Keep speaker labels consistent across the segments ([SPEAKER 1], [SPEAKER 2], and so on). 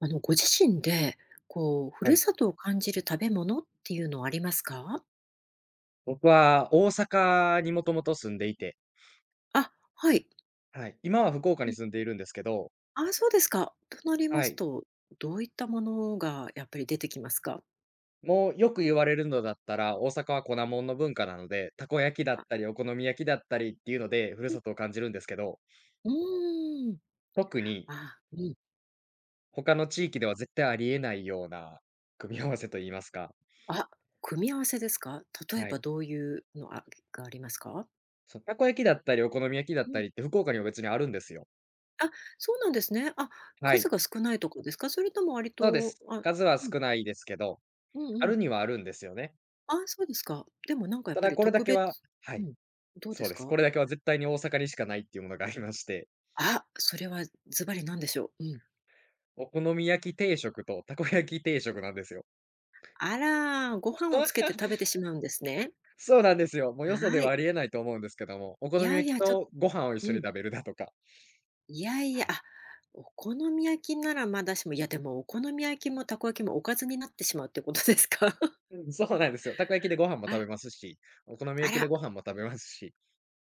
[SPEAKER 1] あの、ご自身で、こう、ふ
[SPEAKER 2] は
[SPEAKER 1] る
[SPEAKER 2] い。
[SPEAKER 1] さとを感じる食べ物っていうのはありますか？
[SPEAKER 2] 僕は大阪にもともと住んでいて、
[SPEAKER 1] あ、はい。
[SPEAKER 2] はい。今は福岡
[SPEAKER 1] う
[SPEAKER 2] に
[SPEAKER 1] ん。
[SPEAKER 2] 住んでいるんですけど、
[SPEAKER 1] あ、そうですか。となりま
[SPEAKER 2] は
[SPEAKER 1] す
[SPEAKER 2] い。
[SPEAKER 1] と、どういったものがやっぱり出てきますか？
[SPEAKER 2] もうよく言われるのだったら、大阪は粉もんの文化なので、たこ焼きだっ
[SPEAKER 1] あ、
[SPEAKER 2] たり、お好み焼きだったりっていうので、ふる
[SPEAKER 1] うん。
[SPEAKER 2] さとを感じるんですけど、
[SPEAKER 1] うーん。
[SPEAKER 2] 特に
[SPEAKER 1] あ、うん。
[SPEAKER 2] 他の地域では絶対ありえないような組み合わせと言いますか。
[SPEAKER 1] あ、組み合わせですか？例え
[SPEAKER 2] は
[SPEAKER 1] ば
[SPEAKER 2] い。
[SPEAKER 1] どういうの、あがありますか？
[SPEAKER 2] そう、たこ焼きだったり、お好み焼きだっ
[SPEAKER 1] う
[SPEAKER 2] た
[SPEAKER 1] ん。
[SPEAKER 2] りって福岡には別にあるんですよ。
[SPEAKER 1] あ、そうなんですね。あ、
[SPEAKER 2] は
[SPEAKER 1] 数
[SPEAKER 2] い。
[SPEAKER 1] が少ないとかですか？それとも割
[SPEAKER 2] そうで
[SPEAKER 1] と、
[SPEAKER 2] す。
[SPEAKER 1] あ
[SPEAKER 2] 数は
[SPEAKER 1] うん。
[SPEAKER 2] 少ないですけど、
[SPEAKER 1] うん
[SPEAKER 2] あ
[SPEAKER 1] うん。
[SPEAKER 2] るにはあるんですよね。
[SPEAKER 1] ああ、そうですか。でもなんかやっ
[SPEAKER 2] た
[SPEAKER 1] ぱ
[SPEAKER 2] だ
[SPEAKER 1] り
[SPEAKER 2] これだ
[SPEAKER 1] 特
[SPEAKER 2] け
[SPEAKER 1] 別
[SPEAKER 2] は。は
[SPEAKER 1] う
[SPEAKER 2] い。
[SPEAKER 1] ん。どうで
[SPEAKER 2] そう
[SPEAKER 1] す
[SPEAKER 2] です。
[SPEAKER 1] か？
[SPEAKER 2] これだけは絶対に大阪にしかないっていうものがありまして、
[SPEAKER 1] あ、それはズバリ何でしょう？うん。
[SPEAKER 2] お好み焼き定食とたこ焼き定食なんですよ。
[SPEAKER 1] あら、ご飯をつけて食べて しまうんですね。
[SPEAKER 2] そうなんですよ。もうよそで
[SPEAKER 1] は
[SPEAKER 2] はあ
[SPEAKER 1] い。
[SPEAKER 2] りえないと思うんですけども、お
[SPEAKER 1] い
[SPEAKER 2] 好み
[SPEAKER 1] やい
[SPEAKER 2] 焼き
[SPEAKER 1] や、ちょっと
[SPEAKER 2] とご飯を一緒
[SPEAKER 1] う
[SPEAKER 2] に
[SPEAKER 1] ん。
[SPEAKER 2] 食べるだとか。
[SPEAKER 1] いやいや、
[SPEAKER 2] はい。
[SPEAKER 1] あ、お好み焼きならまだしも、いやでもお好み焼きもたこ焼きもおかずになってしまうってことですか？
[SPEAKER 2] うん、そうなんですよ。たこ焼きでご飯も
[SPEAKER 1] あ
[SPEAKER 2] 食べ
[SPEAKER 1] ら、
[SPEAKER 2] ますし、お好み
[SPEAKER 1] あ
[SPEAKER 2] 焼きで
[SPEAKER 1] ら、
[SPEAKER 2] ご飯も食べますし、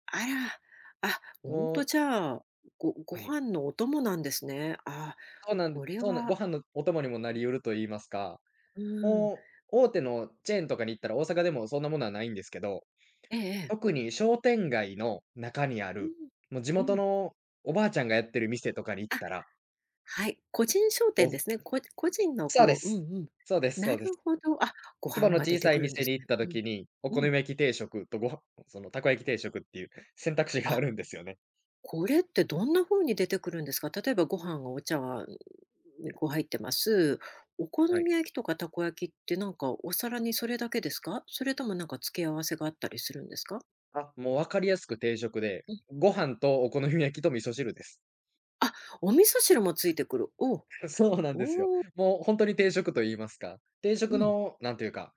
[SPEAKER 1] あら、あ、ほん
[SPEAKER 2] も
[SPEAKER 1] と
[SPEAKER 2] う、
[SPEAKER 1] じゃあ、ごご
[SPEAKER 2] はい。
[SPEAKER 1] 飯のお供なんですね。あ
[SPEAKER 2] そうなんで
[SPEAKER 1] これ
[SPEAKER 2] そうなんご
[SPEAKER 1] は
[SPEAKER 2] 飯のお供にもなり得ると言いますか、
[SPEAKER 1] うん。
[SPEAKER 2] もう大手のチェーンとかに行ったら大阪でもそんなものはないんですけど、
[SPEAKER 1] ええええ。
[SPEAKER 2] 特に商店街の中にあ
[SPEAKER 1] う
[SPEAKER 2] る、
[SPEAKER 1] ん。
[SPEAKER 2] もう地
[SPEAKER 1] う
[SPEAKER 2] 元
[SPEAKER 1] ん。
[SPEAKER 2] のおばあちゃんがやってる店とかに行っ
[SPEAKER 1] あ、
[SPEAKER 2] たら、
[SPEAKER 1] はい、個人商店です
[SPEAKER 2] お
[SPEAKER 1] ね。個人の
[SPEAKER 2] そうで
[SPEAKER 1] こうう
[SPEAKER 2] す。
[SPEAKER 1] んうん。
[SPEAKER 2] そうです
[SPEAKER 1] な
[SPEAKER 2] そうです。
[SPEAKER 1] るほど、あ、ご
[SPEAKER 2] 規模
[SPEAKER 1] 飯
[SPEAKER 2] の
[SPEAKER 1] が出
[SPEAKER 2] 小
[SPEAKER 1] て
[SPEAKER 2] さ
[SPEAKER 1] く
[SPEAKER 2] い
[SPEAKER 1] るんで
[SPEAKER 2] 店に
[SPEAKER 1] す
[SPEAKER 2] 行っ
[SPEAKER 1] ね。
[SPEAKER 2] た
[SPEAKER 1] うん、
[SPEAKER 2] 時に、お
[SPEAKER 1] う
[SPEAKER 2] 好み
[SPEAKER 1] ん。
[SPEAKER 2] 焼き定食と、ご飯そのたこ焼き定食っていう選択肢があ
[SPEAKER 1] あ、
[SPEAKER 2] るんですよね。
[SPEAKER 1] これってどんな風に出てくるんですか？例えばご飯がお茶碗にこう入ってます。お好
[SPEAKER 2] はい。
[SPEAKER 1] み焼きとかたこ焼きってなんかお皿にそれだけですか？それともなんか付け合わせがあったりするんですか？
[SPEAKER 2] あ、もう分かりやすく定食で、
[SPEAKER 1] うん。
[SPEAKER 2] ご飯とお好み焼きと味噌汁です。
[SPEAKER 1] あ、お味噌汁もついてくる。おお
[SPEAKER 2] そうなんですよ。
[SPEAKER 1] おう、
[SPEAKER 2] もう本当に定食と言いますか、定
[SPEAKER 1] う
[SPEAKER 2] 食
[SPEAKER 1] ん。
[SPEAKER 2] のなんというか、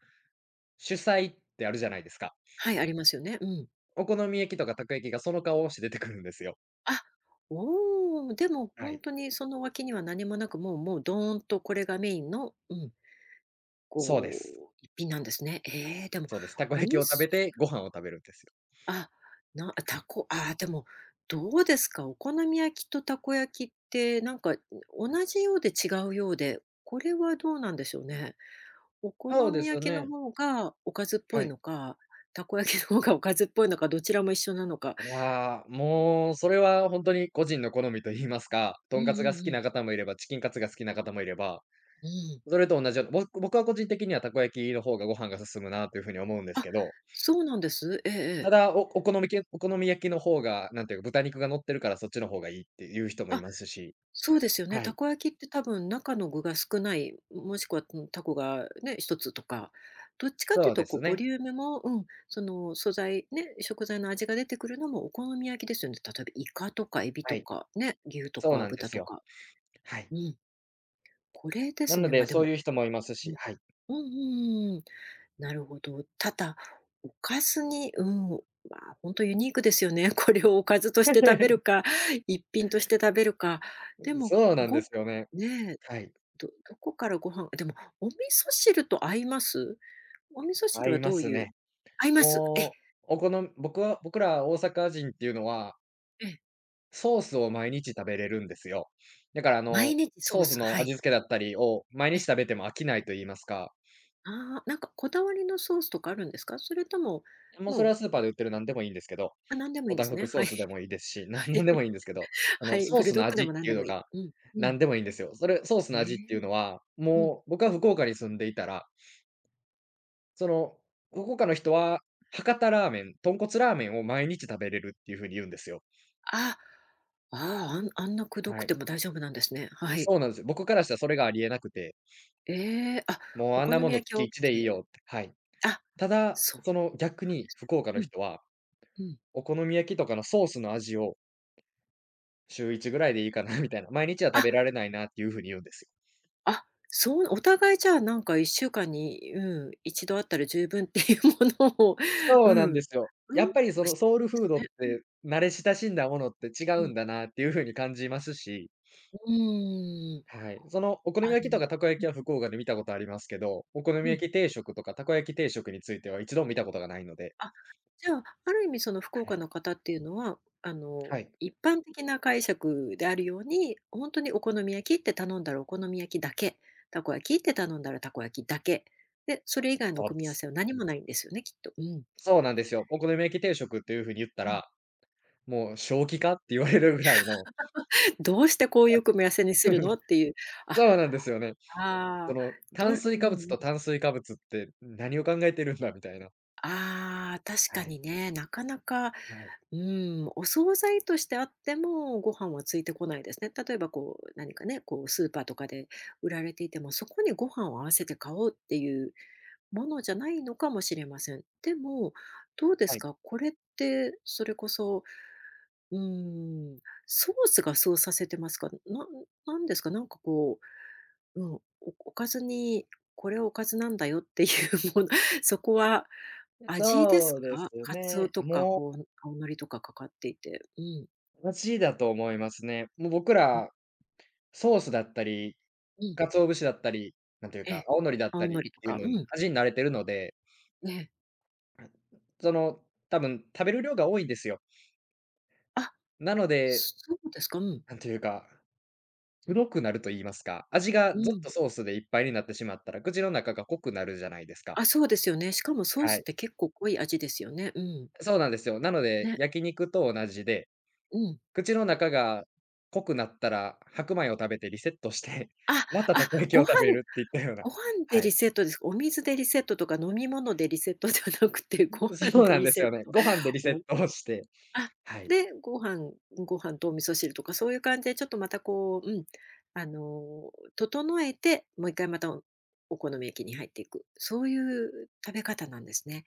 [SPEAKER 2] 主菜ってあるじゃないですか。
[SPEAKER 1] はい、ありますよね。うん。
[SPEAKER 2] お好み焼きとかたこ焼きがその顔をして出てくるんですよ。
[SPEAKER 1] あ、おお、でも
[SPEAKER 2] は
[SPEAKER 1] 本
[SPEAKER 2] い。
[SPEAKER 1] 当にその脇には何もなく、もうドーンとこれがメインの、うん、
[SPEAKER 2] そうで
[SPEAKER 1] こ
[SPEAKER 2] す。
[SPEAKER 1] う、一品なんですね。えーでも、
[SPEAKER 2] そうです。たこ
[SPEAKER 1] お
[SPEAKER 2] 焼き
[SPEAKER 1] み
[SPEAKER 2] を食
[SPEAKER 1] す
[SPEAKER 2] べて、ご飯を食べるんですよ。
[SPEAKER 1] あ、なあ
[SPEAKER 2] は
[SPEAKER 1] た
[SPEAKER 2] い。
[SPEAKER 1] こああ、でも、どうですか？お好み焼きとたこ焼きってなんか、同じようで違うようで、これはどうなんでしょうね。お好
[SPEAKER 2] そうで
[SPEAKER 1] み
[SPEAKER 2] す
[SPEAKER 1] 焼きの
[SPEAKER 2] ね。
[SPEAKER 1] 方がおかずっぽ
[SPEAKER 2] は
[SPEAKER 1] い
[SPEAKER 2] い。
[SPEAKER 1] のか、たこ焼きの方がおかずっぽいのか、どちらも一緒なのか。
[SPEAKER 2] ああ、もう、それはほんとに個人の好みと言いますか、
[SPEAKER 1] うん
[SPEAKER 2] と
[SPEAKER 1] う
[SPEAKER 2] んかつが好
[SPEAKER 1] ん
[SPEAKER 2] き
[SPEAKER 1] うん。
[SPEAKER 2] な方もいれば、チキンカツが好きな方もいれば、
[SPEAKER 1] うん。
[SPEAKER 2] それと同じような、僕は個人的にはたこ焼きの方がご飯が進むなという風に思うんです
[SPEAKER 1] あ、
[SPEAKER 2] けど、
[SPEAKER 1] そうなんです。えええ
[SPEAKER 2] た
[SPEAKER 1] え。
[SPEAKER 2] だ、お好み焼きの方が、なんていうか、豚肉が乗ってるからそっちの方がいいっていう人もい
[SPEAKER 1] あ、
[SPEAKER 2] ますし、
[SPEAKER 1] そうですよね。
[SPEAKER 2] は
[SPEAKER 1] た
[SPEAKER 2] い。
[SPEAKER 1] こ焼きって多分中の具が少ない、もしくは、うん、タコがね、一つとか、どっちかってい
[SPEAKER 2] そ
[SPEAKER 1] う
[SPEAKER 2] う
[SPEAKER 1] と
[SPEAKER 2] で
[SPEAKER 1] こ
[SPEAKER 2] す
[SPEAKER 1] うボ
[SPEAKER 2] ね。
[SPEAKER 1] リュームも、うん、その素材ね、食材の味が出てくるのもお好み焼きですよね。例えばイカとかエビ
[SPEAKER 2] は
[SPEAKER 1] と
[SPEAKER 2] い。
[SPEAKER 1] かね、牛と
[SPEAKER 2] そう
[SPEAKER 1] か
[SPEAKER 2] なんで
[SPEAKER 1] 豚
[SPEAKER 2] す
[SPEAKER 1] と
[SPEAKER 2] よ。
[SPEAKER 1] か。
[SPEAKER 2] はい。
[SPEAKER 1] うん、これで
[SPEAKER 2] な
[SPEAKER 1] す
[SPEAKER 2] の
[SPEAKER 1] ね。ま、あ
[SPEAKER 2] で、
[SPEAKER 1] で
[SPEAKER 2] そう
[SPEAKER 1] も、
[SPEAKER 2] いう人もいます
[SPEAKER 1] う
[SPEAKER 2] し、
[SPEAKER 1] ん、
[SPEAKER 2] はい。
[SPEAKER 1] うんうんうん。なるほど。ただ、おかずに、うん、まあ、本当ユニークですよね。これをおかずとして食べるか、一品として食べるか。でも、
[SPEAKER 2] そうなんです
[SPEAKER 1] ご
[SPEAKER 2] よね。
[SPEAKER 1] ねえ。
[SPEAKER 2] はい。
[SPEAKER 1] どこからご飯でも、お味噌汁と合います？お味噌
[SPEAKER 2] 合
[SPEAKER 1] 汁は
[SPEAKER 2] いま
[SPEAKER 1] どうい
[SPEAKER 2] す
[SPEAKER 1] う？
[SPEAKER 2] ね。
[SPEAKER 1] 合います。え、
[SPEAKER 2] もう、お好み僕ら大阪人っていうのは、
[SPEAKER 1] ええ。
[SPEAKER 2] ソースを毎日食べれるんですよ。だから、
[SPEAKER 1] 毎日ソ
[SPEAKER 2] ソ
[SPEAKER 1] ー
[SPEAKER 2] ース
[SPEAKER 1] ス、は
[SPEAKER 2] の味
[SPEAKER 1] い。
[SPEAKER 2] 付けだったりを毎
[SPEAKER 1] え
[SPEAKER 2] 日
[SPEAKER 1] え。
[SPEAKER 2] 食べても飽きないと言いますか、
[SPEAKER 1] ああ、なんかこだわりのソースとかあるんですか？それとも、
[SPEAKER 2] もうそ
[SPEAKER 1] も
[SPEAKER 2] れ
[SPEAKER 1] う、
[SPEAKER 2] はスーパーで売ってる何でもいいんですけど、
[SPEAKER 1] あ、何でもい
[SPEAKER 2] お
[SPEAKER 1] いんで
[SPEAKER 2] た
[SPEAKER 1] す
[SPEAKER 2] ふ
[SPEAKER 1] ね。
[SPEAKER 2] くソ
[SPEAKER 1] は
[SPEAKER 2] ー
[SPEAKER 1] いは
[SPEAKER 2] ス
[SPEAKER 1] い。
[SPEAKER 2] でもいいですし、なんでも いいんですけど、
[SPEAKER 1] はい、
[SPEAKER 2] ソ
[SPEAKER 1] ブ
[SPEAKER 2] ー
[SPEAKER 1] ル
[SPEAKER 2] ス
[SPEAKER 1] ド
[SPEAKER 2] の
[SPEAKER 1] ッグで
[SPEAKER 2] 味っ
[SPEAKER 1] も何
[SPEAKER 2] てい
[SPEAKER 1] で
[SPEAKER 2] う
[SPEAKER 1] も
[SPEAKER 2] の
[SPEAKER 1] いい。
[SPEAKER 2] が、
[SPEAKER 1] うんう
[SPEAKER 2] な
[SPEAKER 1] ん。
[SPEAKER 2] んでもいいんですよ。それ、ソース
[SPEAKER 1] え
[SPEAKER 2] の味ってい
[SPEAKER 1] え、
[SPEAKER 2] うのは、
[SPEAKER 1] うん。
[SPEAKER 2] もう僕は福岡に住んでいたら、その、福岡の人は、博多ラーメン、豚骨ラーメンを毎日食べれるっていう風に言うんですよ。
[SPEAKER 1] ああ、ああ、んあんなくどく
[SPEAKER 2] は
[SPEAKER 1] て
[SPEAKER 2] い。
[SPEAKER 1] も大丈夫なんですね。はい。
[SPEAKER 2] そうなんですよ。僕からしたらそれがありえなくて、
[SPEAKER 1] ええ、あ、
[SPEAKER 2] もう
[SPEAKER 1] お
[SPEAKER 2] あん
[SPEAKER 1] 好
[SPEAKER 2] なも
[SPEAKER 1] み
[SPEAKER 2] の
[SPEAKER 1] 焼
[SPEAKER 2] 月
[SPEAKER 1] きオッ
[SPEAKER 2] 1でいい
[SPEAKER 1] ケ
[SPEAKER 2] よって、はい。
[SPEAKER 1] ー。あ、
[SPEAKER 2] ただ、
[SPEAKER 1] そ
[SPEAKER 2] そ
[SPEAKER 1] う
[SPEAKER 2] の逆
[SPEAKER 1] なんで
[SPEAKER 2] に
[SPEAKER 1] す
[SPEAKER 2] 福岡の
[SPEAKER 1] ね。
[SPEAKER 2] 人は、
[SPEAKER 1] うん、うん。
[SPEAKER 2] お好み焼きとかのソースの味を週1ぐらいでいいかなみたいな、毎日は食
[SPEAKER 1] あ
[SPEAKER 2] べられないなっていう風に言うんですよ。
[SPEAKER 1] あ、そう、お互いじゃあ、なんか1週間に、うん、1度あったら十分っていうものを、う
[SPEAKER 2] そう
[SPEAKER 1] ん。
[SPEAKER 2] なんですよ。や
[SPEAKER 1] うん。
[SPEAKER 2] っぱり、そ
[SPEAKER 1] うしい
[SPEAKER 2] のソウルフードっ
[SPEAKER 1] ですね。
[SPEAKER 2] て、慣れ親しんだものって違
[SPEAKER 1] うん、う
[SPEAKER 2] う
[SPEAKER 1] ん。
[SPEAKER 2] んだなっていう風に感じますし、
[SPEAKER 1] うーん。
[SPEAKER 2] はい。そのお好み
[SPEAKER 1] あ
[SPEAKER 2] 焼きと
[SPEAKER 1] の
[SPEAKER 2] かたこ焼
[SPEAKER 1] うん
[SPEAKER 2] きは福岡で見たことありますけど、お好
[SPEAKER 1] う
[SPEAKER 2] み
[SPEAKER 1] ん。
[SPEAKER 2] 焼き定食とかたこ焼き定食については一度も見たことがないので。
[SPEAKER 1] あ、じゃあ、ある意味その福
[SPEAKER 2] は
[SPEAKER 1] 岡
[SPEAKER 2] い。
[SPEAKER 1] の方っていうのは、あの、
[SPEAKER 2] はい。
[SPEAKER 1] 一般的な解釈であるように、ほんとにお好み焼きって頼んだらお好み焼きだけ、たこ焼きって頼んだらたこ焼きだけ、で、それ以外の
[SPEAKER 2] そうで
[SPEAKER 1] 組み合わせ
[SPEAKER 2] す。
[SPEAKER 1] は何もないんですよね、きっと。うん。
[SPEAKER 2] そうなんですよ。お好み焼き定食っていう風に言った
[SPEAKER 1] うん。
[SPEAKER 2] ら、もう正気かって言われるぐらいの
[SPEAKER 1] どうしてこうい
[SPEAKER 2] 感
[SPEAKER 1] う組み合わせに
[SPEAKER 2] じ。
[SPEAKER 1] するのっ ていう。あ、
[SPEAKER 2] そうなんですよね。
[SPEAKER 1] あ
[SPEAKER 2] そ
[SPEAKER 1] あ、
[SPEAKER 2] の
[SPEAKER 1] ど
[SPEAKER 2] 炭
[SPEAKER 1] れう
[SPEAKER 2] 水化物
[SPEAKER 1] ん。
[SPEAKER 2] と炭水化物って何を考えてるんだみたいな。
[SPEAKER 1] ああ、確か
[SPEAKER 2] はい。
[SPEAKER 1] にね、なかなか、
[SPEAKER 2] はい。
[SPEAKER 1] うん、お惣菜としてあっても、ご飯はついてこないですね。例えばこう、何かね、こうスーパーとかで売られていても、そこにご飯を合わせて買おうっていうものじゃないのかもしれません。でも、どうです
[SPEAKER 2] はい。
[SPEAKER 1] か？これって、それこそ、うん、ソースがそうさせてますか？なんですか？なんかこううん、おおかずに、これはおかずなんだよっていう もの、そこは味です
[SPEAKER 2] そうです
[SPEAKER 1] か？カツオ
[SPEAKER 2] ね。
[SPEAKER 1] とか、
[SPEAKER 2] も
[SPEAKER 1] こう、青のりとかかかっていて。うん。
[SPEAKER 2] う、マジだと思いますね。もう僕
[SPEAKER 1] うん、
[SPEAKER 2] ら、ソースだったり、
[SPEAKER 1] うん。
[SPEAKER 2] 鰹節だったり、なんていう
[SPEAKER 1] ええ。
[SPEAKER 2] か、青海苔だっ
[SPEAKER 1] 青
[SPEAKER 2] たり
[SPEAKER 1] の
[SPEAKER 2] っ
[SPEAKER 1] りと
[SPEAKER 2] ていう
[SPEAKER 1] か、
[SPEAKER 2] のに
[SPEAKER 1] うん。
[SPEAKER 2] 味に慣れてるので、
[SPEAKER 1] ええ。
[SPEAKER 2] その、多分食べる量が多いんですよ。
[SPEAKER 1] あ、
[SPEAKER 2] なので、
[SPEAKER 1] そうですか。うん。
[SPEAKER 2] なんというか、黒くなると言いますか、味が
[SPEAKER 1] う
[SPEAKER 2] ずっ
[SPEAKER 1] ん。
[SPEAKER 2] とソースでいっぱいになってしまったら、口の中が濃くなるじゃないですか。
[SPEAKER 1] あ、そうですよね。しかもソー
[SPEAKER 2] は
[SPEAKER 1] スっ
[SPEAKER 2] い。
[SPEAKER 1] て結構濃い味ですよね。うん。
[SPEAKER 2] そうなんですよ。なので、
[SPEAKER 1] ね、
[SPEAKER 2] 焼肉と同じで、
[SPEAKER 1] うん。
[SPEAKER 2] 口の中が濃くなったら、白米を食べてリセットして、
[SPEAKER 1] あ、
[SPEAKER 2] またたこ
[SPEAKER 1] あ、
[SPEAKER 2] 焼き
[SPEAKER 1] ご
[SPEAKER 2] を
[SPEAKER 1] 飯
[SPEAKER 2] 食べるっていったような、
[SPEAKER 1] ご飯で
[SPEAKER 2] はい。
[SPEAKER 1] リセットですか？お水でリセットとか飲み物でリセットじゃなくて、ご飯
[SPEAKER 2] そう
[SPEAKER 1] で
[SPEAKER 2] なん
[SPEAKER 1] リ
[SPEAKER 2] です
[SPEAKER 1] セッ
[SPEAKER 2] よね。
[SPEAKER 1] ト。
[SPEAKER 2] ご飯でリセッ
[SPEAKER 1] お
[SPEAKER 2] トをして、
[SPEAKER 1] あ、
[SPEAKER 2] はい。
[SPEAKER 1] で、ご飯とお味噌汁とかそういう感じでちょっとまたこう、うん、あの、整えて、もう一回またお好み焼きに入っていく。そういう食べ方なんですね。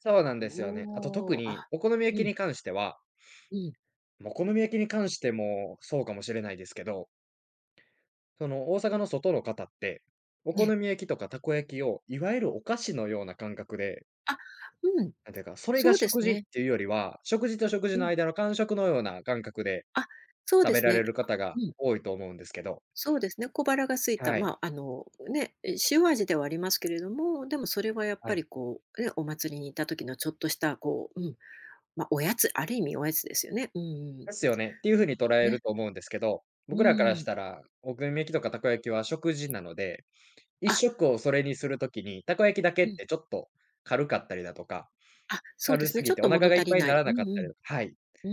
[SPEAKER 2] そうなんですよね。あと特
[SPEAKER 1] おお、
[SPEAKER 2] に
[SPEAKER 1] あ、
[SPEAKER 2] お好み
[SPEAKER 1] う
[SPEAKER 2] 焼き
[SPEAKER 1] ん、
[SPEAKER 2] に関しては、
[SPEAKER 1] うん、
[SPEAKER 2] ま、お好み焼きに関してもそうかもしれないですけど、その大阪の外の方って、お好
[SPEAKER 1] ね
[SPEAKER 2] み焼きとかたこ焼きをいわゆるお菓子のような感覚で、
[SPEAKER 1] あ、うん、
[SPEAKER 2] なんていうか、それ
[SPEAKER 1] そ
[SPEAKER 2] が
[SPEAKER 1] うで
[SPEAKER 2] 食
[SPEAKER 1] す
[SPEAKER 2] 事っ
[SPEAKER 1] ね。
[SPEAKER 2] ていうよりは、食事と食
[SPEAKER 1] う
[SPEAKER 2] 事の
[SPEAKER 1] ん。
[SPEAKER 2] 間の間食のような感覚で
[SPEAKER 1] あ、そう
[SPEAKER 2] 食
[SPEAKER 1] で
[SPEAKER 2] べ
[SPEAKER 1] す
[SPEAKER 2] ら
[SPEAKER 1] ね。
[SPEAKER 2] れる
[SPEAKER 1] あ、
[SPEAKER 2] 方が
[SPEAKER 1] うん、
[SPEAKER 2] 多いと思うんですけど、
[SPEAKER 1] そうですね。小腹が空いた、
[SPEAKER 2] はい、
[SPEAKER 1] まあ、あの、ね、え、塩味ではありますけれども、でもそれはやっ
[SPEAKER 2] は
[SPEAKER 1] ぱり
[SPEAKER 2] い。
[SPEAKER 1] こう、ね、お祭りに行った時のちょっとしたこう、うんまあ、おやつある意味おやつですよね。うんうん。
[SPEAKER 2] ですよねっていうふうに捉え
[SPEAKER 1] ね。
[SPEAKER 2] ると思うんですけど、
[SPEAKER 1] う
[SPEAKER 2] 僕らからし
[SPEAKER 1] ん。
[SPEAKER 2] たら、お好み焼きとかたこ焼きは食事なので、一
[SPEAKER 1] あ、
[SPEAKER 2] 食をそれにするときに、たこ焼きだけ
[SPEAKER 1] う
[SPEAKER 2] っ
[SPEAKER 1] ん。
[SPEAKER 2] てちょっと軽かったりだとか、
[SPEAKER 1] あ、そうで
[SPEAKER 2] 軽
[SPEAKER 1] す
[SPEAKER 2] す
[SPEAKER 1] ね、ち
[SPEAKER 2] ぎ
[SPEAKER 1] ょっ
[SPEAKER 2] てお
[SPEAKER 1] と物
[SPEAKER 2] 腹がいっ
[SPEAKER 1] 足り
[SPEAKER 2] ぱいに
[SPEAKER 1] な
[SPEAKER 2] な
[SPEAKER 1] い。
[SPEAKER 2] ら
[SPEAKER 1] う
[SPEAKER 2] な
[SPEAKER 1] ん
[SPEAKER 2] かっ
[SPEAKER 1] う
[SPEAKER 2] たり
[SPEAKER 1] ん。
[SPEAKER 2] とか。はい。
[SPEAKER 1] う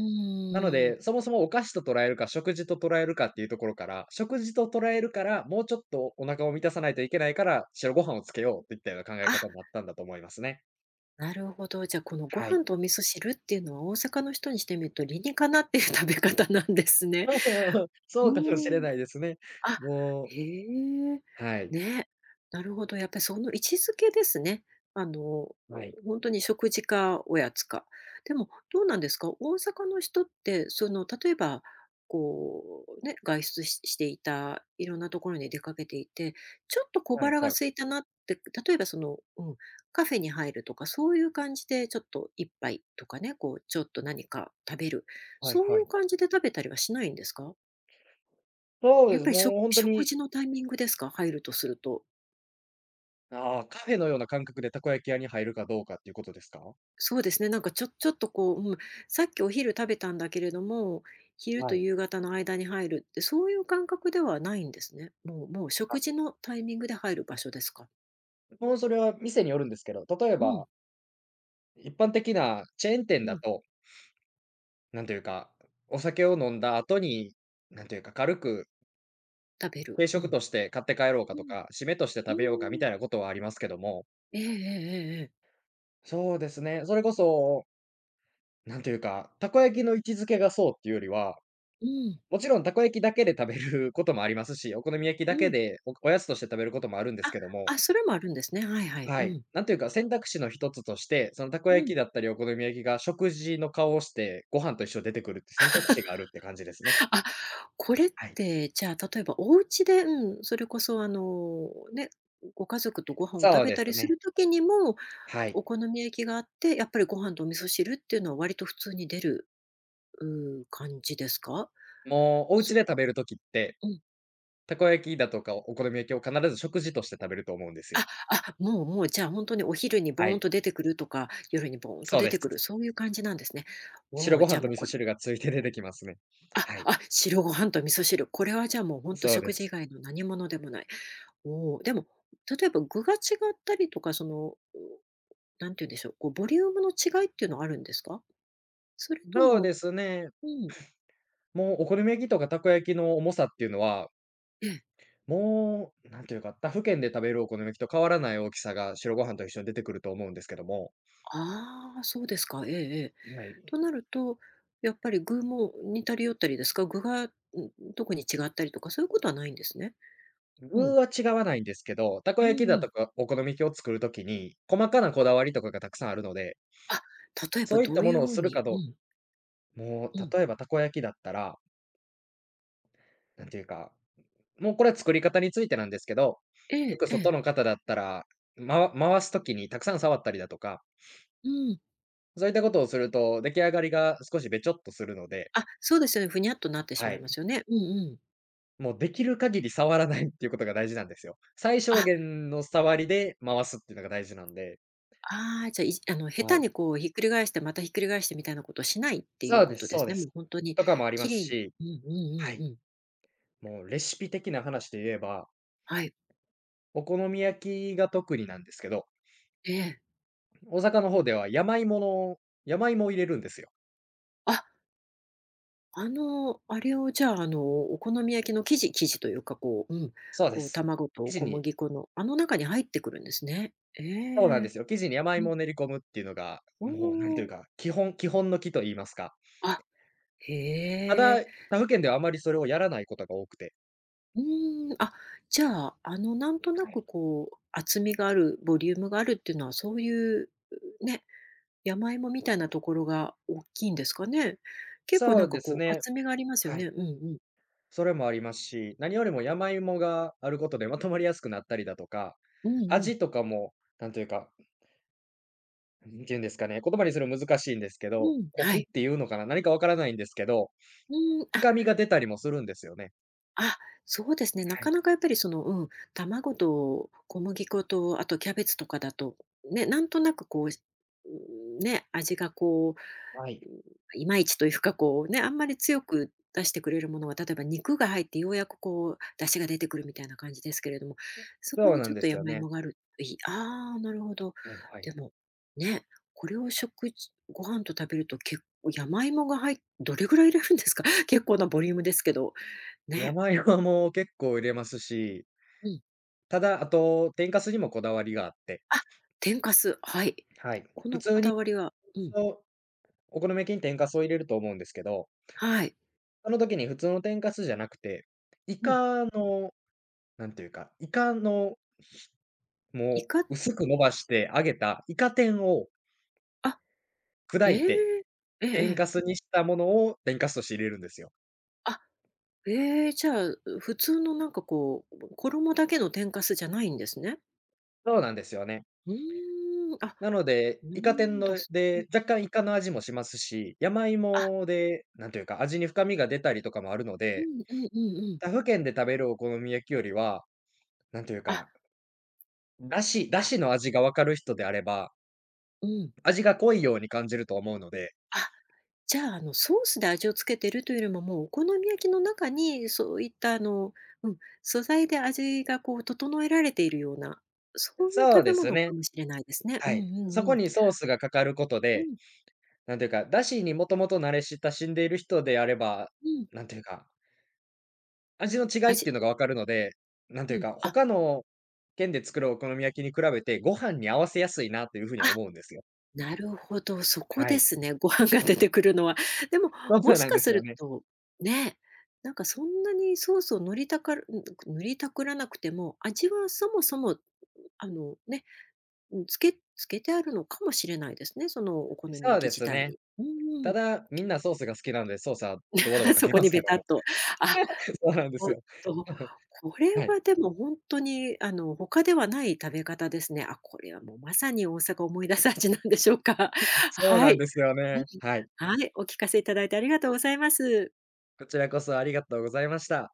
[SPEAKER 2] なの
[SPEAKER 1] ーん。
[SPEAKER 2] で、そもそもお菓子と捉えるか、食事と捉えるかっていうところから、食事と捉えるから、もうちょっとお腹を満たさないといけないから、白ご飯をつけようといったような考え
[SPEAKER 1] あ、
[SPEAKER 2] 方になったんだと思いますね。
[SPEAKER 1] なるほど。じゃあ、このご
[SPEAKER 2] はい。
[SPEAKER 1] 飯とお味噌汁っていうのは大阪の人にしてみると理にかなっていう食べ方なんです ね。
[SPEAKER 2] そう
[SPEAKER 1] う
[SPEAKER 2] そうかもし
[SPEAKER 1] ー
[SPEAKER 2] れ
[SPEAKER 1] ん。
[SPEAKER 2] ないですね。
[SPEAKER 1] あ、
[SPEAKER 2] も
[SPEAKER 1] へ
[SPEAKER 2] う、
[SPEAKER 1] え、
[SPEAKER 2] はい。
[SPEAKER 1] ね、なるほど、やっぱりその位置づけですね。あの、
[SPEAKER 2] はい。
[SPEAKER 1] うほに食事かおやつか。でも、どうなんですか？大阪の人って、その、例えば、こう、ね、外出ししていた、いろんなところに出かけていて、ちょっと小
[SPEAKER 2] はい
[SPEAKER 1] 腹が
[SPEAKER 2] はい。
[SPEAKER 1] 空いたなって、例えば、その、うん、カフェに入るとか、そういう感じでちょっと一杯とかね、こう、ちょっと何か食べる、
[SPEAKER 2] はい
[SPEAKER 1] そうい
[SPEAKER 2] は
[SPEAKER 1] う
[SPEAKER 2] い。
[SPEAKER 1] 感じで食べたりはしないんですか？
[SPEAKER 2] そう
[SPEAKER 1] や
[SPEAKER 2] で
[SPEAKER 1] っ
[SPEAKER 2] す。
[SPEAKER 1] ぱり、食
[SPEAKER 2] もうほんと
[SPEAKER 1] 食
[SPEAKER 2] に、
[SPEAKER 1] 事のタイミングですか？入るとすると。
[SPEAKER 2] ああ、カフェのような感覚でたこ焼き屋に入るかどうかっていうことですか？
[SPEAKER 1] そうですね、なんかちょっとこう、うん、さっきお昼食べたんだけれども、昼と
[SPEAKER 2] はい。
[SPEAKER 1] 夕方の間に入るって、そういう感覚ではないんですね。もう食
[SPEAKER 2] あ、
[SPEAKER 1] 事のタイミングで入る場所ですか？
[SPEAKER 2] もうそれは店によるんですけど、例え
[SPEAKER 1] う
[SPEAKER 2] ば、
[SPEAKER 1] ん、
[SPEAKER 2] 一般的なチェーン店
[SPEAKER 1] う
[SPEAKER 2] だ
[SPEAKER 1] ん、
[SPEAKER 2] と、なんというか、お酒を飲んだ後に、なんというか、
[SPEAKER 1] 食べる。
[SPEAKER 2] 軽
[SPEAKER 1] う
[SPEAKER 2] 食
[SPEAKER 1] ん。
[SPEAKER 2] として買って帰ろうか
[SPEAKER 1] う
[SPEAKER 2] と
[SPEAKER 1] ん、
[SPEAKER 2] か、締めとして食べようか
[SPEAKER 1] う
[SPEAKER 2] み
[SPEAKER 1] ん。
[SPEAKER 2] たいなことはありますけども、
[SPEAKER 1] ええええええええ。
[SPEAKER 2] そうですね、それこそ、なんというか、たこ焼きの位置づけがそうっていうよりは、
[SPEAKER 1] うん、
[SPEAKER 2] もちろんたこ焼きだけで食べることもありますし、お好み焼きだ
[SPEAKER 1] う
[SPEAKER 2] け
[SPEAKER 1] ん。
[SPEAKER 2] でおやつとして食べることもあるんです
[SPEAKER 1] あ、
[SPEAKER 2] けども、
[SPEAKER 1] あ、それもあるんですね。はいはい。う
[SPEAKER 2] はい。
[SPEAKER 1] ん、
[SPEAKER 2] なんというか、選択肢の一つとして、そのたこ焼
[SPEAKER 1] うん。
[SPEAKER 2] きだったりお好み焼きが食事の顔をして、ご飯と一緒に出てくるって選択肢があるって感じですね。
[SPEAKER 1] あ、これっ
[SPEAKER 2] はい。
[SPEAKER 1] て、じゃあ、例えばお家で、うん、それこそあの、ね、ご家族とご飯を食
[SPEAKER 2] そう
[SPEAKER 1] べ
[SPEAKER 2] で
[SPEAKER 1] た
[SPEAKER 2] す
[SPEAKER 1] りす
[SPEAKER 2] ね。
[SPEAKER 1] る時にも、
[SPEAKER 2] はい。
[SPEAKER 1] お好み焼きがあって、やっぱりご飯とお味噌汁っていうのは割と普通に出る、うー感じですか？
[SPEAKER 2] もうお家
[SPEAKER 1] す
[SPEAKER 2] で食べる時って、
[SPEAKER 1] うん。
[SPEAKER 2] たこ焼きだとかお好み焼きを必ず食事として食べると思うんですよ。
[SPEAKER 1] あ、あ、もう、じゃあ、ほんとにお昼に
[SPEAKER 2] は
[SPEAKER 1] ボーン
[SPEAKER 2] い、
[SPEAKER 1] と出てくるとか、夜にボーンと
[SPEAKER 2] そう
[SPEAKER 1] 出
[SPEAKER 2] で
[SPEAKER 1] て
[SPEAKER 2] す。
[SPEAKER 1] くる、そういう感じなんですね。お
[SPEAKER 2] 白
[SPEAKER 1] お、
[SPEAKER 2] ご
[SPEAKER 1] じゃ
[SPEAKER 2] 飯
[SPEAKER 1] あ、
[SPEAKER 2] と
[SPEAKER 1] もう
[SPEAKER 2] 味
[SPEAKER 1] こ
[SPEAKER 2] 噌
[SPEAKER 1] れ
[SPEAKER 2] 汁がついて出てきますね。
[SPEAKER 1] あ、
[SPEAKER 2] はい、
[SPEAKER 1] あ、白ご飯と味噌汁、これはじゃあ、もうほんと
[SPEAKER 2] そう
[SPEAKER 1] 食
[SPEAKER 2] で
[SPEAKER 1] 事以
[SPEAKER 2] す。
[SPEAKER 1] 外の何物でもない。おお、でも、例えば具が違ったりとか、なんて言うんでしょう、こうボリュームの違いっていうのはあるんですか？それと
[SPEAKER 2] そう
[SPEAKER 1] も
[SPEAKER 2] ですね。
[SPEAKER 1] うん、
[SPEAKER 2] もうお好み焼きとかたこ焼きの重さっていうのは、
[SPEAKER 1] ええ。
[SPEAKER 2] もう、なんていうか、他府県で食べるお好み焼きと変わらない大きさが白ご飯と一緒に出てくると思うんですけども、
[SPEAKER 1] ああ、そうですか。ええええ。
[SPEAKER 2] はい。
[SPEAKER 1] となると、やっぱり具も似たり寄ったりですか？具が、ん、特に違ったりとか、そういうことはないんですね。う
[SPEAKER 2] 具
[SPEAKER 1] ん。
[SPEAKER 2] は違わないんですけど、たこ
[SPEAKER 1] う
[SPEAKER 2] 焼き
[SPEAKER 1] んう
[SPEAKER 2] だ
[SPEAKER 1] ん。
[SPEAKER 2] とかお好み焼きを作るときに、細かなこだわりとかがたくさんあるので、
[SPEAKER 1] あ、例えば
[SPEAKER 2] そういっ
[SPEAKER 1] ど
[SPEAKER 2] た
[SPEAKER 1] うい
[SPEAKER 2] もの
[SPEAKER 1] う
[SPEAKER 2] を
[SPEAKER 1] 風
[SPEAKER 2] する
[SPEAKER 1] に
[SPEAKER 2] かどうも
[SPEAKER 1] う
[SPEAKER 2] う
[SPEAKER 1] ん。
[SPEAKER 2] 例えばたこ焼きだったら、なんていうか、もうこれは作り方についてなんですけど、
[SPEAKER 1] ええ
[SPEAKER 2] よく
[SPEAKER 1] え
[SPEAKER 2] 外
[SPEAKER 1] え。
[SPEAKER 2] の方だったら、回すときにたくさん触ったりだとか、
[SPEAKER 1] うん。
[SPEAKER 2] そういったことをすると出来上がりが少しべちょっとするので、
[SPEAKER 1] あ、そうですよね、ふにゃっとなってし
[SPEAKER 2] は
[SPEAKER 1] まい
[SPEAKER 2] い。
[SPEAKER 1] ますよね。うんうん。
[SPEAKER 2] もうできる限り触らないっていうことが大事なんですよ。最
[SPEAKER 1] あ、
[SPEAKER 2] 小限の触りで回すっていうのが大事なんで。
[SPEAKER 1] ああ、じゃあ、あの、下
[SPEAKER 2] は
[SPEAKER 1] 手
[SPEAKER 2] い。
[SPEAKER 1] にこうひっくり返して、またひっくり返してみたいなことしないっていう
[SPEAKER 2] そう
[SPEAKER 1] こ
[SPEAKER 2] で
[SPEAKER 1] と
[SPEAKER 2] す
[SPEAKER 1] で
[SPEAKER 2] そう
[SPEAKER 1] すね。
[SPEAKER 2] で
[SPEAKER 1] もう
[SPEAKER 2] す。
[SPEAKER 1] ほんとに
[SPEAKER 2] とかもありま
[SPEAKER 1] 綺
[SPEAKER 2] す
[SPEAKER 1] 麗に。
[SPEAKER 2] し、
[SPEAKER 1] うんうん
[SPEAKER 2] は
[SPEAKER 1] うん
[SPEAKER 2] い。
[SPEAKER 1] うん。
[SPEAKER 2] もうレシピ的な話で言えば、
[SPEAKER 1] はい。
[SPEAKER 2] お好み焼きが特になんですけど、
[SPEAKER 1] ええ。
[SPEAKER 2] 大阪の方では山芋の山芋を入れるんですよ。
[SPEAKER 1] あ、あの、あれをじゃあ、あの、お好み焼きの生地というか、こう、うん、
[SPEAKER 2] そうで
[SPEAKER 1] こう
[SPEAKER 2] す。
[SPEAKER 1] 卵と
[SPEAKER 2] 生地
[SPEAKER 1] 小
[SPEAKER 2] に
[SPEAKER 1] 麦粉の、あの中に入ってくるんですね。え
[SPEAKER 2] そうなんで
[SPEAKER 1] え。
[SPEAKER 2] すよ。生地に山
[SPEAKER 1] うん。
[SPEAKER 2] 芋を練り込むっていうのが、
[SPEAKER 1] お
[SPEAKER 2] もうなんていう
[SPEAKER 1] お。
[SPEAKER 2] か、基本の基と言いますか。
[SPEAKER 1] あ、へ
[SPEAKER 2] た
[SPEAKER 1] え。
[SPEAKER 2] だ、他府県ではあまりそれをやらないことが多くて。
[SPEAKER 1] うーん。あ、じゃあ、あの、なんとな
[SPEAKER 2] は
[SPEAKER 1] く
[SPEAKER 2] い。
[SPEAKER 1] こう厚みがある、ボリュームがあるっていうのは、そういう、ね、山芋みたいなところが大きいんですかね？結構
[SPEAKER 2] そ
[SPEAKER 1] なん
[SPEAKER 2] う
[SPEAKER 1] か
[SPEAKER 2] です
[SPEAKER 1] こう
[SPEAKER 2] ね。
[SPEAKER 1] 厚みがありますよ
[SPEAKER 2] は
[SPEAKER 1] ね。
[SPEAKER 2] い。
[SPEAKER 1] うんうん。
[SPEAKER 2] それもありますし、何よりも山芋があることでまとまりやすくなったりだとか、
[SPEAKER 1] うんうん。
[SPEAKER 2] 味とかも、なんというか、なん、ていうんですかね、言葉にするの難しいんですけど、
[SPEAKER 1] うん、
[SPEAKER 2] コ
[SPEAKER 1] は
[SPEAKER 2] クっ
[SPEAKER 1] い。
[SPEAKER 2] ていうのかな、何かわからないんですけど、
[SPEAKER 1] うん、あ、
[SPEAKER 2] 深みが出たりもするんですよね。
[SPEAKER 1] あ、そうですね。な
[SPEAKER 2] は
[SPEAKER 1] か
[SPEAKER 2] い。
[SPEAKER 1] なかやっぱりその、うん、卵と小麦粉とあとキャベツとかだと、ね、なんとなくこう、うん、ね、味がこ
[SPEAKER 2] は
[SPEAKER 1] うう
[SPEAKER 2] い。
[SPEAKER 1] ん、いまいちというか、こうね、あんまり強く出してくれるものは、例えば肉が入ってようやくこう出汁が出てくるみたいな感じですけれども、そこ
[SPEAKER 2] そう
[SPEAKER 1] に
[SPEAKER 2] な
[SPEAKER 1] ち
[SPEAKER 2] ん
[SPEAKER 1] ょっ
[SPEAKER 2] で
[SPEAKER 1] と
[SPEAKER 2] すよ
[SPEAKER 1] 山
[SPEAKER 2] ね。
[SPEAKER 1] 芋があるといい。ああ、なるほど。
[SPEAKER 2] うん、はい。
[SPEAKER 1] でも、ね、これを食事ご飯と食べると結構山芋がどれぐらい入れるんですか？結構なボリュームですけど。ね。
[SPEAKER 2] 山芋も結構入れますし、
[SPEAKER 1] うん。
[SPEAKER 2] ただ、あと、天かすにもこだわりがあって、
[SPEAKER 1] あ、天かす、はい。
[SPEAKER 2] はい。
[SPEAKER 1] こ
[SPEAKER 2] 普
[SPEAKER 1] のこ
[SPEAKER 2] 通に
[SPEAKER 1] だわりはうん、
[SPEAKER 2] そうお好み焼きに天かすを入れると思うんですけど、
[SPEAKER 1] はい。
[SPEAKER 2] その時に普通の天かすじゃなくて、イ
[SPEAKER 1] うん。
[SPEAKER 2] カのなんていうか、イカの
[SPEAKER 1] イ
[SPEAKER 2] も
[SPEAKER 1] カ、
[SPEAKER 2] う薄く伸ばして揚げたイカ天を
[SPEAKER 1] あ、
[SPEAKER 2] 砕
[SPEAKER 1] え
[SPEAKER 2] いて、
[SPEAKER 1] え。えええ
[SPEAKER 2] 天
[SPEAKER 1] え。
[SPEAKER 2] かすにしたものを天かすとして入れるんですよ。
[SPEAKER 1] あ、ええ、じゃあ、普通のなんかこう、衣だけの天かすじゃないんですね。
[SPEAKER 2] そうなんですよね。
[SPEAKER 1] うーん、あ、
[SPEAKER 2] なので、
[SPEAKER 1] な
[SPEAKER 2] イカ天
[SPEAKER 1] んだ、
[SPEAKER 2] の
[SPEAKER 1] すうん、
[SPEAKER 2] で、若干イカの味もしますし、山
[SPEAKER 1] あ、
[SPEAKER 2] 芋で、なんていうか、味に深みが出たりとかもあるの
[SPEAKER 1] う
[SPEAKER 2] で、
[SPEAKER 1] んうんうんうん。
[SPEAKER 2] 他府県で食べるお好み焼きよりは、なんていう
[SPEAKER 1] あ、
[SPEAKER 2] か、だしだ
[SPEAKER 1] あ、
[SPEAKER 2] しの味がわかる人であれば、
[SPEAKER 1] うん。
[SPEAKER 2] 味が濃いように感じると思うので、
[SPEAKER 1] あ、じゃあ、あの、ソースで味をつけてるというよりも、もうお好み焼きの中にそういったあの、うん、素材で味がこう整えられているような、そういう
[SPEAKER 2] そう
[SPEAKER 1] 食べ
[SPEAKER 2] です
[SPEAKER 1] 物か
[SPEAKER 2] ね。
[SPEAKER 1] もしれないですね。う
[SPEAKER 2] は
[SPEAKER 1] ん
[SPEAKER 2] い。
[SPEAKER 1] うん
[SPEAKER 2] そ
[SPEAKER 1] う
[SPEAKER 2] こ
[SPEAKER 1] ん。
[SPEAKER 2] にソースがかかること
[SPEAKER 1] う
[SPEAKER 2] で、
[SPEAKER 1] ん、
[SPEAKER 2] なんていうか、だしにもともと慣れ親しんでいる人であれば、
[SPEAKER 1] うん。
[SPEAKER 2] なんていうか、味の違いっていうのが
[SPEAKER 1] 味
[SPEAKER 2] 分かるので、なん
[SPEAKER 1] う
[SPEAKER 2] ていう
[SPEAKER 1] ん、
[SPEAKER 2] か、
[SPEAKER 1] あ、
[SPEAKER 2] 他の県で作るお好み焼きに比べて、ご飯に合わせやすいなというふうには
[SPEAKER 1] あ、
[SPEAKER 2] 思うんですよ。
[SPEAKER 1] なるほど、そこ
[SPEAKER 2] は
[SPEAKER 1] で
[SPEAKER 2] い。
[SPEAKER 1] すね、ご飯が出てくるのは。でも、
[SPEAKER 2] そう
[SPEAKER 1] も
[SPEAKER 2] そう
[SPEAKER 1] し
[SPEAKER 2] なん
[SPEAKER 1] か
[SPEAKER 2] で
[SPEAKER 1] す
[SPEAKER 2] すよ
[SPEAKER 1] る
[SPEAKER 2] ね。
[SPEAKER 1] と、ね、なんかそんなにソースを塗りたかるん、塗りたくらなくても、味はそもそも、あの、ね、うん、つけてあるのかもしれないですね、そのお好み
[SPEAKER 2] そ
[SPEAKER 1] 焼
[SPEAKER 2] うで
[SPEAKER 1] き自
[SPEAKER 2] す
[SPEAKER 1] 体
[SPEAKER 2] ね。
[SPEAKER 1] に。うんう
[SPEAKER 2] た
[SPEAKER 1] ん。
[SPEAKER 2] だ、みんなソースが好きなんで、ソースはドバドバ か
[SPEAKER 1] そ
[SPEAKER 2] け
[SPEAKER 1] こ
[SPEAKER 2] ま
[SPEAKER 1] に
[SPEAKER 2] す
[SPEAKER 1] ベ
[SPEAKER 2] けど
[SPEAKER 1] タっ
[SPEAKER 2] も。
[SPEAKER 1] と。あ、
[SPEAKER 2] そうなんで
[SPEAKER 1] ほ
[SPEAKER 2] す
[SPEAKER 1] ん
[SPEAKER 2] よ。
[SPEAKER 1] と、これ
[SPEAKER 2] はい。
[SPEAKER 1] はでもほんとに、あの、他ではない食べ方ですね。あ、これはもうまさに大阪を思い出す味なんでしょうか。
[SPEAKER 2] そう
[SPEAKER 1] は
[SPEAKER 2] なん
[SPEAKER 1] い。
[SPEAKER 2] ですよ
[SPEAKER 1] うん。
[SPEAKER 2] ね。はい。
[SPEAKER 1] はい、お聞かせいただいてありがとうございます。
[SPEAKER 2] こちらこそありがとうございました。